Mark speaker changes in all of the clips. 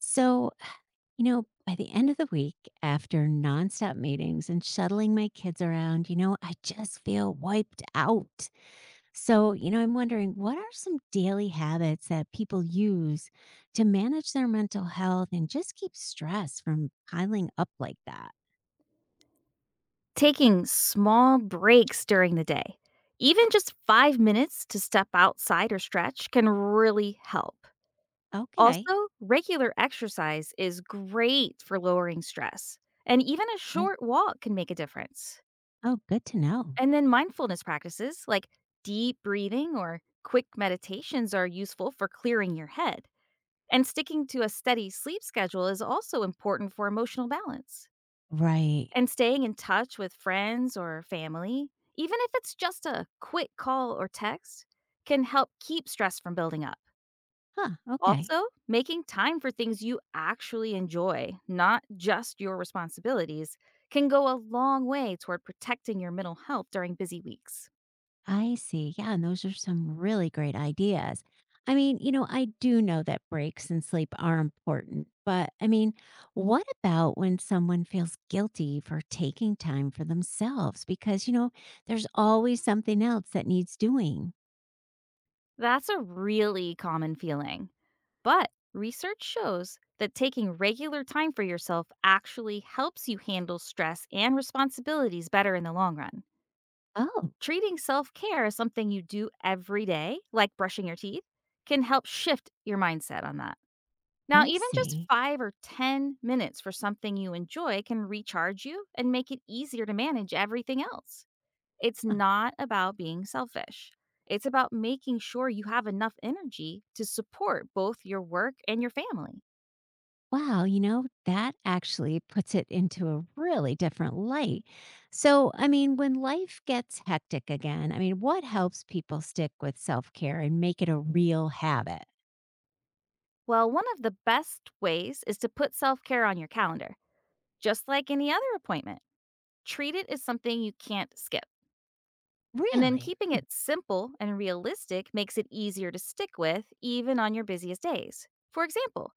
Speaker 1: So, by the end of the week, after nonstop meetings and shuttling my kids around, I just feel wiped out. I'm wondering, what are some daily habits that people use to manage their mental health and just keep stress from piling up like that?
Speaker 2: Taking small breaks during the day, even just 5 minutes to step outside or stretch, can really help.
Speaker 1: Okay.
Speaker 2: Also, regular exercise is great for lowering stress, and even a
Speaker 1: I,
Speaker 2: short walk can make a difference.
Speaker 1: oh, good to know.
Speaker 2: And then mindfulness practices like deep breathing or quick meditations are useful for clearing your head. And sticking to a steady sleep schedule is also important for emotional balance.
Speaker 1: Right.
Speaker 2: And staying in touch with friends or family, even if it's just a quick call or text, can help keep stress from building up.
Speaker 1: Huh. Okay.
Speaker 2: Also, making time for things you actually enjoy, not just your responsibilities, can go a long way toward protecting your mental health during busy weeks.
Speaker 1: I see. Yeah, and those are some really great ideas. I mean, I do know that breaks and sleep are important, but I mean, what about when someone feels guilty for taking time for themselves? Because, there's always something else that needs doing.
Speaker 2: That's a really common feeling. But research shows that taking regular time for yourself actually helps you handle stress and responsibilities better in the long run.
Speaker 1: Oh,
Speaker 2: Treating self care as something you do every day, like brushing your teeth, can help shift your mindset on that. Now,
Speaker 1: I
Speaker 2: even just
Speaker 1: see.
Speaker 2: 5 or 10 minutes for something you enjoy can recharge you and make it easier to manage everything else. It's not about being selfish. It's about making sure you have enough energy to support both your work and your family.
Speaker 1: Wow, that actually puts it into a really different light. So, I mean, when life gets hectic again, I mean, what helps people stick with self care and make it a real habit?
Speaker 2: Well, one of the best ways is to put self care on your calendar, just like any other appointment. Treat it as something you can't skip. And then
Speaker 1: Really?
Speaker 2: keeping it simple and realistic makes it easier to stick with, even on your busiest days. For example,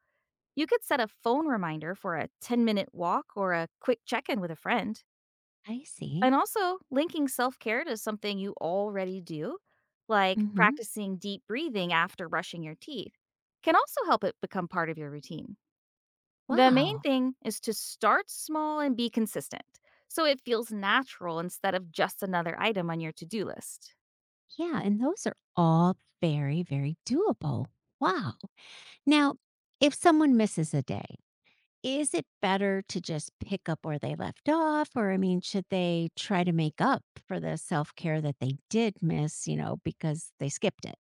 Speaker 2: you could set a phone reminder for a 10-minute walk or a quick check in with a friend.
Speaker 1: I
Speaker 2: And
Speaker 1: see.
Speaker 2: also linking self-care to something you already do, like
Speaker 1: Hmm.
Speaker 2: practicing deep breathing after brushing your teeth, can also help it become part of your routine. The main
Speaker 1: Wow.
Speaker 2: thing is to start small and be consistent, so it feels natural instead of just another item on your to-do list.
Speaker 1: Yeah. And those are all very, very doable. Wow. Now, if someone misses a day, is it better to just pick up where they left off? Or, I mean, should they try to make up for the self care that they did miss, because they skipped it?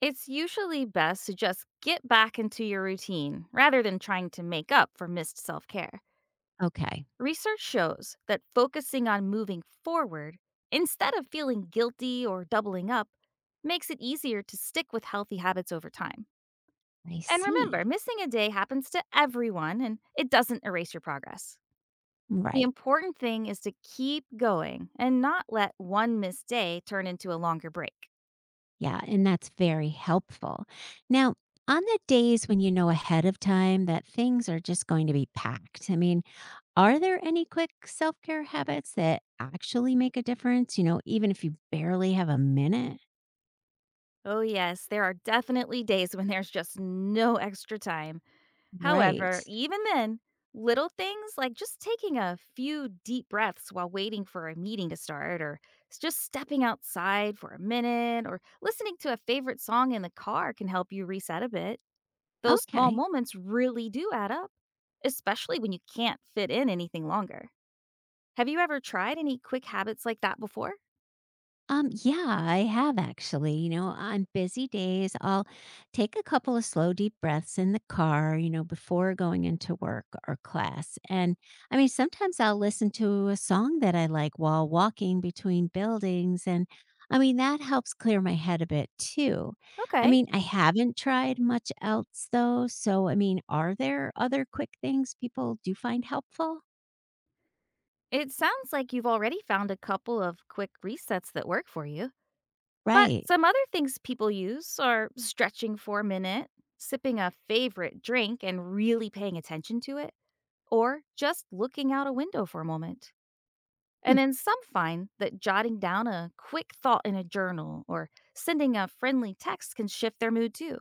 Speaker 2: It's usually best to just get back into your routine rather than trying to make up for missed self-care.
Speaker 1: Okay,
Speaker 2: Research shows that focusing on moving forward instead of feeling guilty or doubling up makes it easier to stick with healthy habits over time.
Speaker 1: I
Speaker 2: And remember,
Speaker 1: see.
Speaker 2: missing a day happens to everyone and it doesn't erase your progress. The
Speaker 1: Right.
Speaker 2: important thing is to keep going and not let one missed day turn into a longer break.
Speaker 1: Yeah. And that's very helpful. Now, on the days when you know ahead of time that things are just going to be packed, I mean, are there any quick self care habits that actually make a difference, even if you barely have a minute?
Speaker 2: Oh, yes, there are definitely days when there's just no extra time.
Speaker 1: Right.
Speaker 2: However, even then, little things like just taking a few deep breaths while waiting for a meeting to start, or just stepping outside for a minute, or listening to a favorite song in the car can help you reset a bit. Those small
Speaker 1: Okay.
Speaker 2: moments really do add up, especially when you can't fit in anything longer. Have you ever tried any quick habits like that before?
Speaker 1: Yeah, I have actually. On busy days, I'll take a couple of slow, deep breaths in the car, before going into work or class. And I mean, sometimes I'll listen to a song that I like while walking between buildings. And I mean, that helps clear my head a bit too. I
Speaker 2: Okay.
Speaker 1: mean, I haven't tried much else though. So, I mean, are there other quick things people do find helpful?
Speaker 2: It sounds like you've already found a couple of quick resets that work for you. But
Speaker 1: Right.
Speaker 2: some other things people use are stretching for a minute, sipping a favorite drink and really paying attention to it, or just looking out a window for a moment.
Speaker 1: Hmm,
Speaker 2: And then some find that jotting down a quick thought in a journal or sending a friendly text can shift their mood too.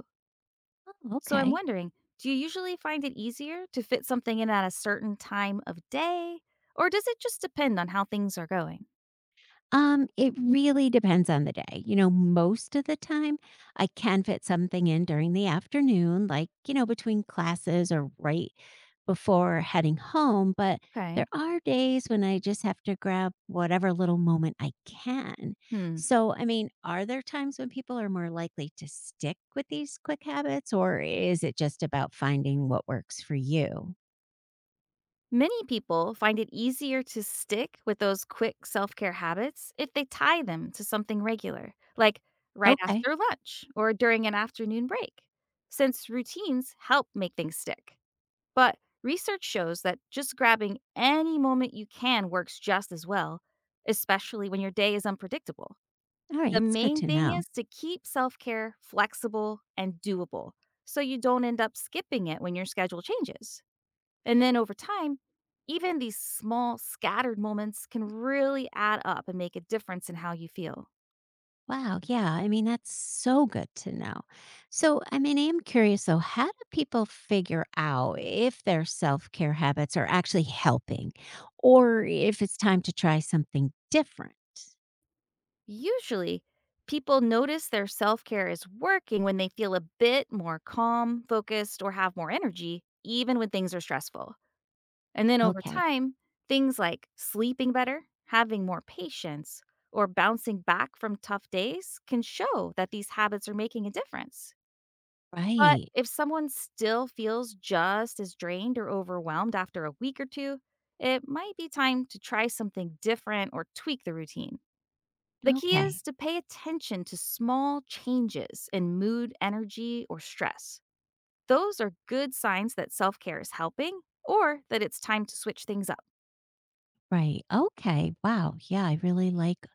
Speaker 2: So I'm
Speaker 1: okay.
Speaker 2: wondering, do you usually find it easier to fit something in at a certain time of day, or does it just depend on how things are going?
Speaker 1: It really depends on the day. Most of the time I can fit something in during the afternoon, like, between classes or right before heading home. But
Speaker 2: Okay.
Speaker 1: there are days when I just have to grab whatever little moment I can.
Speaker 2: Hmm.
Speaker 1: So, I mean, are there times when people are more likely to stick with these quick habits, or is it just about finding what works for you?
Speaker 2: Many people find it easier to stick with those quick self care habits if they tie them to something regular, like right
Speaker 1: Okay.
Speaker 2: after lunch or during an afternoon break, since routines help make things stick. But research shows that just grabbing any moment you can works just as well, especially when your day is unpredictable.
Speaker 1: All right.
Speaker 2: The
Speaker 1: It's good
Speaker 2: main
Speaker 1: to
Speaker 2: thing
Speaker 1: know.
Speaker 2: is to keep self care flexible and doable so you don't end up skipping it when your schedule changes. And then over time, even these small, scattered moments can really add up and make a difference in how you feel.
Speaker 1: Wow, yeah, I mean, that's so good to know. So, I mean, I am curious though, how do people figure out if their self care habits are actually helping or if it's time to try something different?
Speaker 2: Usually, people notice their self care is working when they feel a bit more calm, focused, or have more energy, even when things are stressful. And then over
Speaker 1: Okay,
Speaker 2: time, things like sleeping better, having more patience, or bouncing back from tough days can show that these habits are making a difference. But
Speaker 1: right.
Speaker 2: if someone still feels just as drained or overwhelmed after a week or two, it might be time to try something different or tweak the routine. The key is
Speaker 1: Okay,
Speaker 2: to pay attention to small changes in mood, energy, or stress. Those are good signs that self care is helping or that it's time to switch things up.
Speaker 1: right. Okay, wow. Yeah, I really like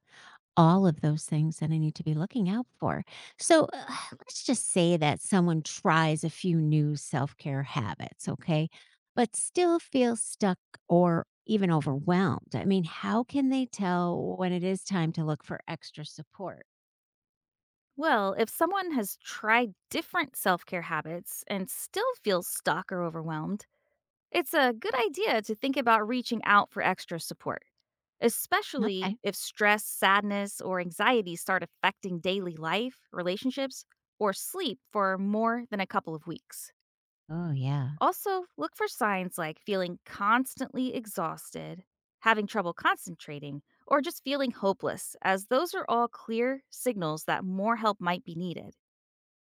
Speaker 1: all of those things that I need to be looking out for. So let's just say that someone tries a few new self care habits, okay, but still feels stuck or even overwhelmed. I mean, how can they tell when it is time to look for extra support?
Speaker 2: Well, if someone has tried different self care habits and still feels stuck or overwhelmed, it's a good idea to think about reaching out for extra support, especially
Speaker 1: Okay.
Speaker 2: if stress, sadness, or anxiety start affecting daily life, relationships, or sleep for more than a couple of weeks.
Speaker 1: Oh, yeah.
Speaker 2: Also, look for signs like feeling constantly exhausted, having trouble concentrating, or just feeling hopeless, as those are all clear signals that more help might be needed.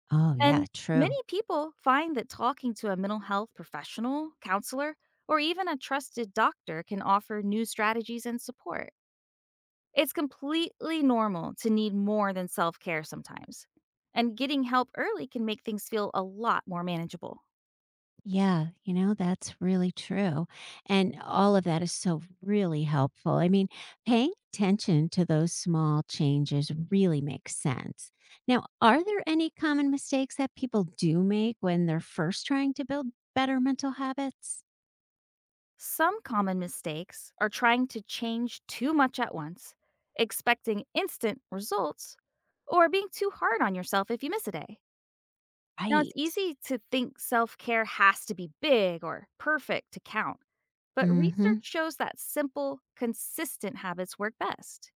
Speaker 1: Oh, yeah.
Speaker 2: And many
Speaker 1: True.
Speaker 2: people find that talking to a mental health professional, counselor, or even a trusted doctor can offer new strategies and support. It's completely normal to need more than self care sometimes. And getting help early can make things feel a lot more manageable.
Speaker 1: Yeah, that's really true. And all of that is so really helpful. I mean, paying attention to those small changes really makes sense. Now, are there any common mistakes that people do make when they're first trying to build better mental habits?
Speaker 2: Some common mistakes are trying to change too much at once, expecting instant results, or being too hard on yourself if you miss a day. Now, it's
Speaker 1: Right.
Speaker 2: easy to think self care has to be big or perfect to count, but
Speaker 1: Mm-hmm.
Speaker 2: research shows that simple, consistent habits work best.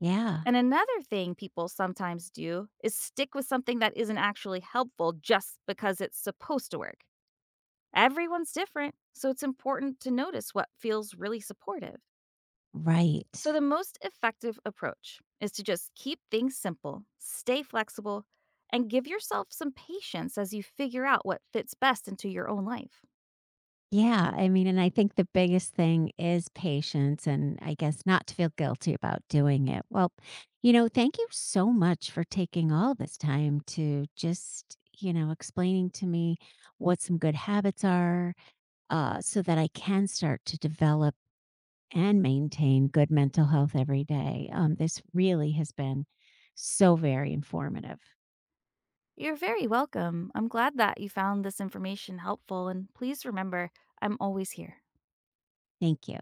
Speaker 1: Yeah,
Speaker 2: And another thing people sometimes do is stick with something that isn't actually helpful just because it's supposed to work. Everyone's different, so it's important to notice what feels really supportive.
Speaker 1: right.
Speaker 2: So, the most effective approach is to just keep things simple, stay flexible, and give yourself some patience as you figure out what fits best into your own life.
Speaker 1: Yeah, I mean, and I think the biggest thing is patience and I guess not to feel guilty about doing it. Well, thank you so much for taking all this time to just, explaining to me what some good habits are so that I can start to develop and maintain good mental health every day. This really has been so very informative.
Speaker 2: You're very welcome. I'm glad that you found this information helpful, and please remember, I'm always here.
Speaker 1: Thank you.